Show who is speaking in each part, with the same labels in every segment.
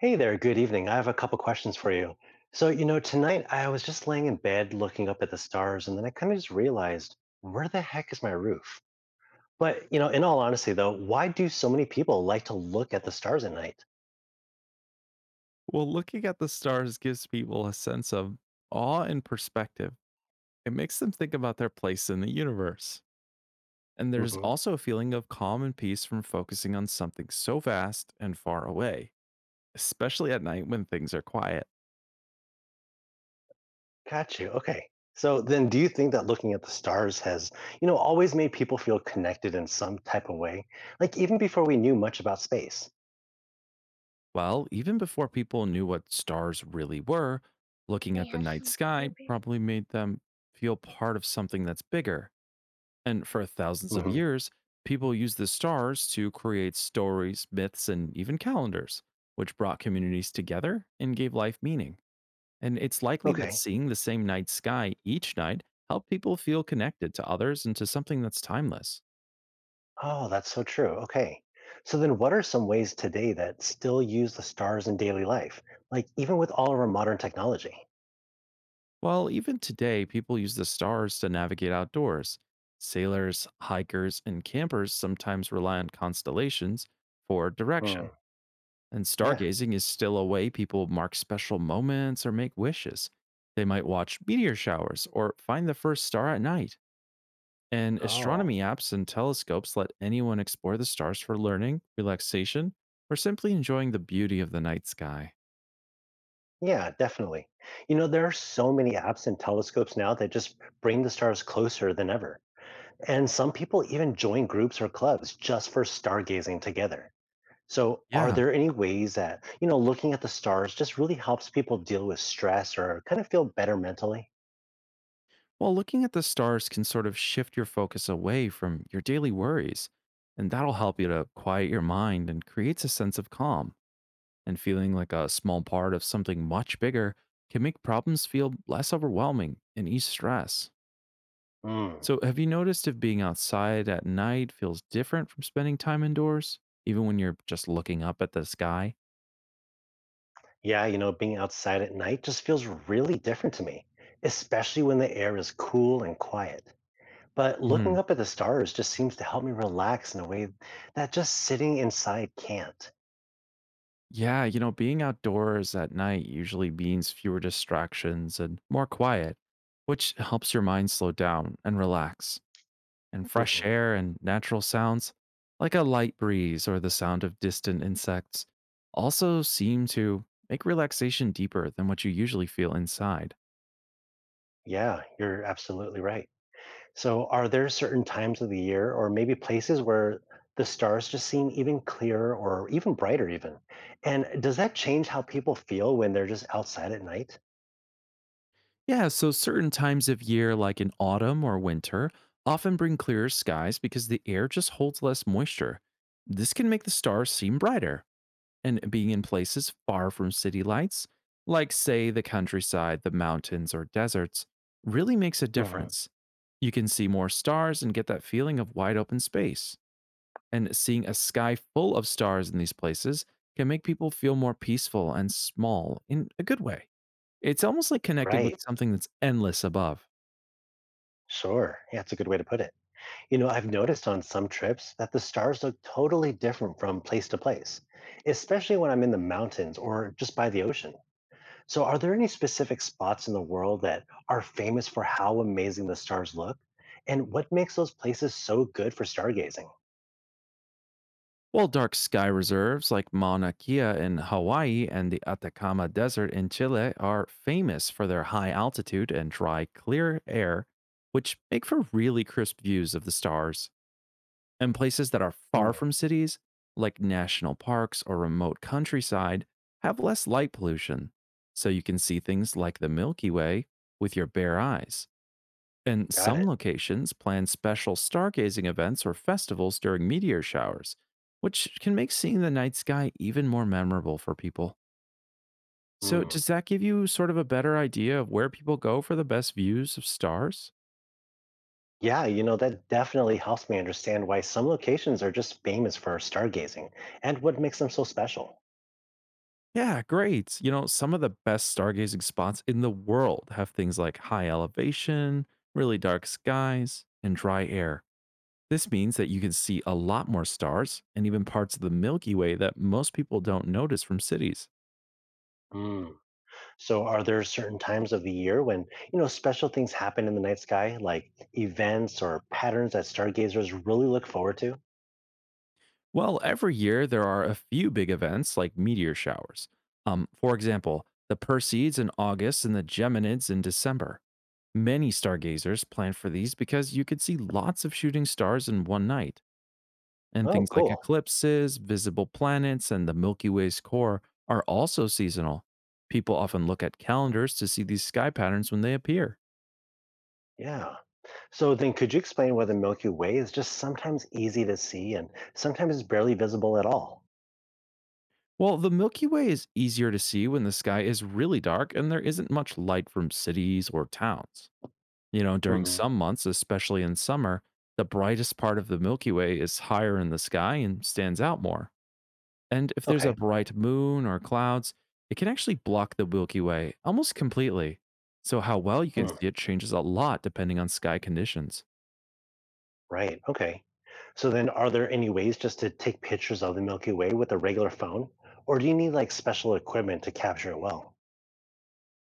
Speaker 1: Hey there, good evening. I have a couple questions for you. So, tonight I was just laying in bed looking up at the stars, and then I kind of just realized, where the heck is my roof? But, in all honesty, though, why do so many people like to look at the stars at night?
Speaker 2: Well, looking at the stars gives people a sense of awe and perspective. It makes them think about their place in the universe. And there's
Speaker 1: hmm
Speaker 2: also a feeling of calm and peace from focusing on something so vast and far away, especially at night when things are quiet.
Speaker 1: Got you. Okay. So then, do you think that looking at the stars has, always made people feel connected in some type of way? Like even before we knew much about space?
Speaker 2: Well, even before people knew what stars really were, looking
Speaker 1: They
Speaker 2: at the
Speaker 1: have
Speaker 2: night
Speaker 1: some
Speaker 2: sky
Speaker 1: neighbors.
Speaker 2: probably made them feel part of something that's bigger. And for thousands of
Speaker 1: hmm
Speaker 2: years, people used the stars to create stories, myths, and even calendars, which brought communities together and gave life meaning. And it's likely that
Speaker 1: Okay.
Speaker 2: seeing the same night sky each night helped people feel connected to others and to something that's timeless.
Speaker 1: Oh, that's so true. Okay. So then what are some ways today that still use the stars in daily life? Like even with all of our modern technology?
Speaker 2: Well, even today, people use the stars to navigate outdoors. Sailors, hikers, and campers sometimes rely on constellations for
Speaker 1: Hmm.
Speaker 2: direction. And
Speaker 1: Yeah.
Speaker 2: stargazing is still a way people mark special moments or make wishes. They might watch meteor showers or find the first star at night. And
Speaker 1: Oh.
Speaker 2: astronomy apps and telescopes let anyone explore the stars for learning, relaxation, or simply enjoying the beauty of the night sky.
Speaker 1: Yeah, definitely. There are so many apps and telescopes now that just bring the stars closer than ever. And some people even join groups or clubs just for stargazing together. So, are
Speaker 2: Yeah.
Speaker 1: there any ways that, looking at the stars just really helps people deal with stress or kind of feel better mentally?
Speaker 2: Well, looking at the stars can sort of shift your focus away from your daily worries, and that'll help you to quiet your mind and creates a sense of calm, and feeling like a small part of something much bigger can make problems feel less overwhelming and ease stress.
Speaker 1: Hmm.
Speaker 2: So, have you noticed if being outside at night feels different from spending time indoors, even when you're just looking up at the sky?
Speaker 1: Yeah, being outside at night just feels really different to me, especially when the air is cool and quiet. But
Speaker 2: Hmm.
Speaker 1: looking up at the stars just seems to help me relax in a way that just sitting inside can't.
Speaker 2: Yeah, you know, being outdoors at night usually means fewer distractions and more quiet, which helps your mind slow down and relax. And fresh
Speaker 1: Mhm.
Speaker 2: air and natural sounds, like a light breeze or the sound of distant insects, also seem to make relaxation deeper than what you usually feel inside.
Speaker 1: Yeah, you're absolutely right. So, are there certain times of the year or maybe places where the stars just seem even clearer or even brighter, even? And does that change how people feel when they're just outside at night?
Speaker 2: Yeah, so certain times of year, like in autumn or winter, often bring clearer skies because the air just holds less moisture. This can make the stars seem brighter, and being in places far from city lights, like, say, the countryside, the mountains, or deserts, really makes a
Speaker 1: hmm
Speaker 2: difference. You can see more stars and get that feeling of wide open space. And seeing a sky full of stars in these places can make people feel more peaceful and small in a good way. It's almost like connecting with
Speaker 1: Right.
Speaker 2: something that's endless above.
Speaker 1: Sure. Yeah, that's a good way to put it. I've noticed on some trips that the stars look totally different from place to place, especially when I'm in the mountains or just by the ocean. So, are there any specific spots in the world that are famous for how amazing the stars look? And what makes those places so good for stargazing?
Speaker 2: While dark sky reserves like Mauna Kea in Hawaii and the Atacama Desert in Chile are famous for their high altitude and dry, clear air, which make for really crisp views of the stars, and places that are
Speaker 1: Hmm,
Speaker 2: far from cities, like national parks or remote countryside, have less light pollution, so you can see things like the Milky Way with your bare eyes. And
Speaker 1: got
Speaker 2: some
Speaker 1: it.
Speaker 2: locations plan special stargazing events or festivals during meteor showers, which can make seeing the night sky even more memorable for people. So,
Speaker 1: Hmm.
Speaker 2: does that give you sort of a better idea of where people go for the best views of stars?
Speaker 1: Yeah, that definitely helps me understand why some locations are just famous for stargazing and what makes them so special.
Speaker 2: Yeah, great. You know, some of the best stargazing spots in the world have things like high elevation, really dark skies, and dry air. This means that you can see a lot more stars and even parts of the Milky Way that most people don't notice from cities.
Speaker 1: Hmm. So are there certain times of the year when, special things happen in the night sky, like events or patterns that stargazers really look forward to?
Speaker 2: Well, every year there are a few big events like meteor showers. For example, the Perseids in August and the Geminids in December. Many stargazers plan for these because you could see lots of shooting stars in one night. And
Speaker 1: Oh,
Speaker 2: things like
Speaker 1: cool.
Speaker 2: eclipses, visible planets, and the Milky Way's core are also seasonal. People often look at calendars to see these sky patterns when they appear.
Speaker 1: Yeah. So then could you explain why the Milky Way is just sometimes easy to see and sometimes it's barely visible at all?
Speaker 2: Well, the Milky Way is easier to see when the sky is really dark and there isn't much light from cities or towns. You know, during
Speaker 1: hmm
Speaker 2: some months, especially in summer, the brightest part of the Milky Way is higher in the sky and stands out more. And if there's a
Speaker 1: Okay.
Speaker 2: bright moon or clouds, it can actually block the Milky Way almost completely. So, how well you can
Speaker 1: Hmm.
Speaker 2: see it changes a lot depending on sky conditions.
Speaker 1: Right. Okay. So then are there any ways just to take pictures of the Milky Way with a regular phone? Or do you need like special equipment to capture it well?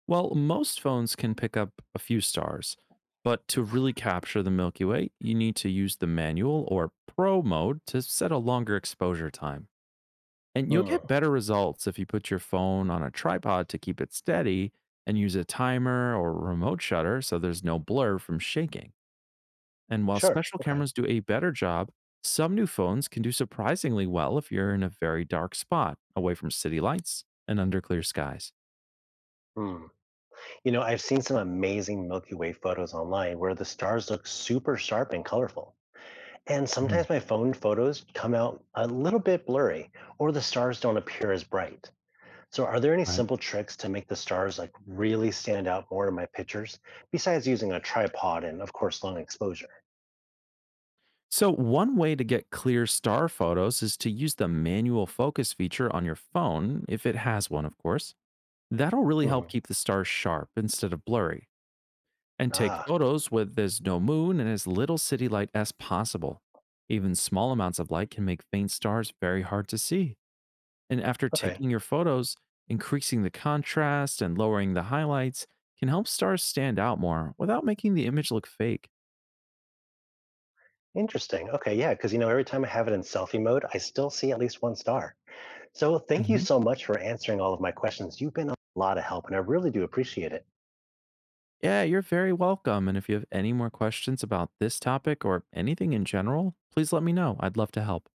Speaker 2: Well, most phones can pick up a few stars, but to really capture the Milky Way, you need to use the manual or pro mode to set a longer exposure time. And you'll
Speaker 1: Hmm.
Speaker 2: get better results if you put your phone on a tripod to keep it steady and use a timer or remote shutter so there's no blur from shaking. And while
Speaker 1: Sure.
Speaker 2: special
Speaker 1: Okay.
Speaker 2: cameras do a better job, some new phones can do surprisingly well if you're in a very dark spot, away from city lights and under clear skies.
Speaker 1: Hmm. I've seen some amazing Milky Way photos online where the stars look super sharp and colorful. And
Speaker 2: Mhm.
Speaker 1: sometimes my phone photos come out a little bit blurry or the stars don't appear as bright. So, are there any
Speaker 2: Right.
Speaker 1: simple tricks to make the stars like really stand out more in my pictures besides using a tripod and, of course, long exposure?
Speaker 2: So, one way to get clear star photos is to use the manual focus feature on your phone, if it has one, of course. That'll really help
Speaker 1: hmm
Speaker 2: keep the stars sharp instead of blurry. And take
Speaker 1: Ah,
Speaker 2: photos with as no moon and as little city light as possible. Even small amounts of light can make faint stars very hard to see. And after
Speaker 1: okay.
Speaker 2: taking your photos, increasing the contrast and lowering the highlights can help stars stand out more without making the image look fake.
Speaker 1: Interesting. Okay. Yeah. Cause every time I have it in selfie mode, I still see at least one star. So, thank you
Speaker 2: Mhm.
Speaker 1: so much for answering all of my questions. You've been a lot of help and I really do appreciate it.
Speaker 2: Yeah, you're very welcome. And if you have any more questions about this topic or anything in general, please let me know. I'd love to help.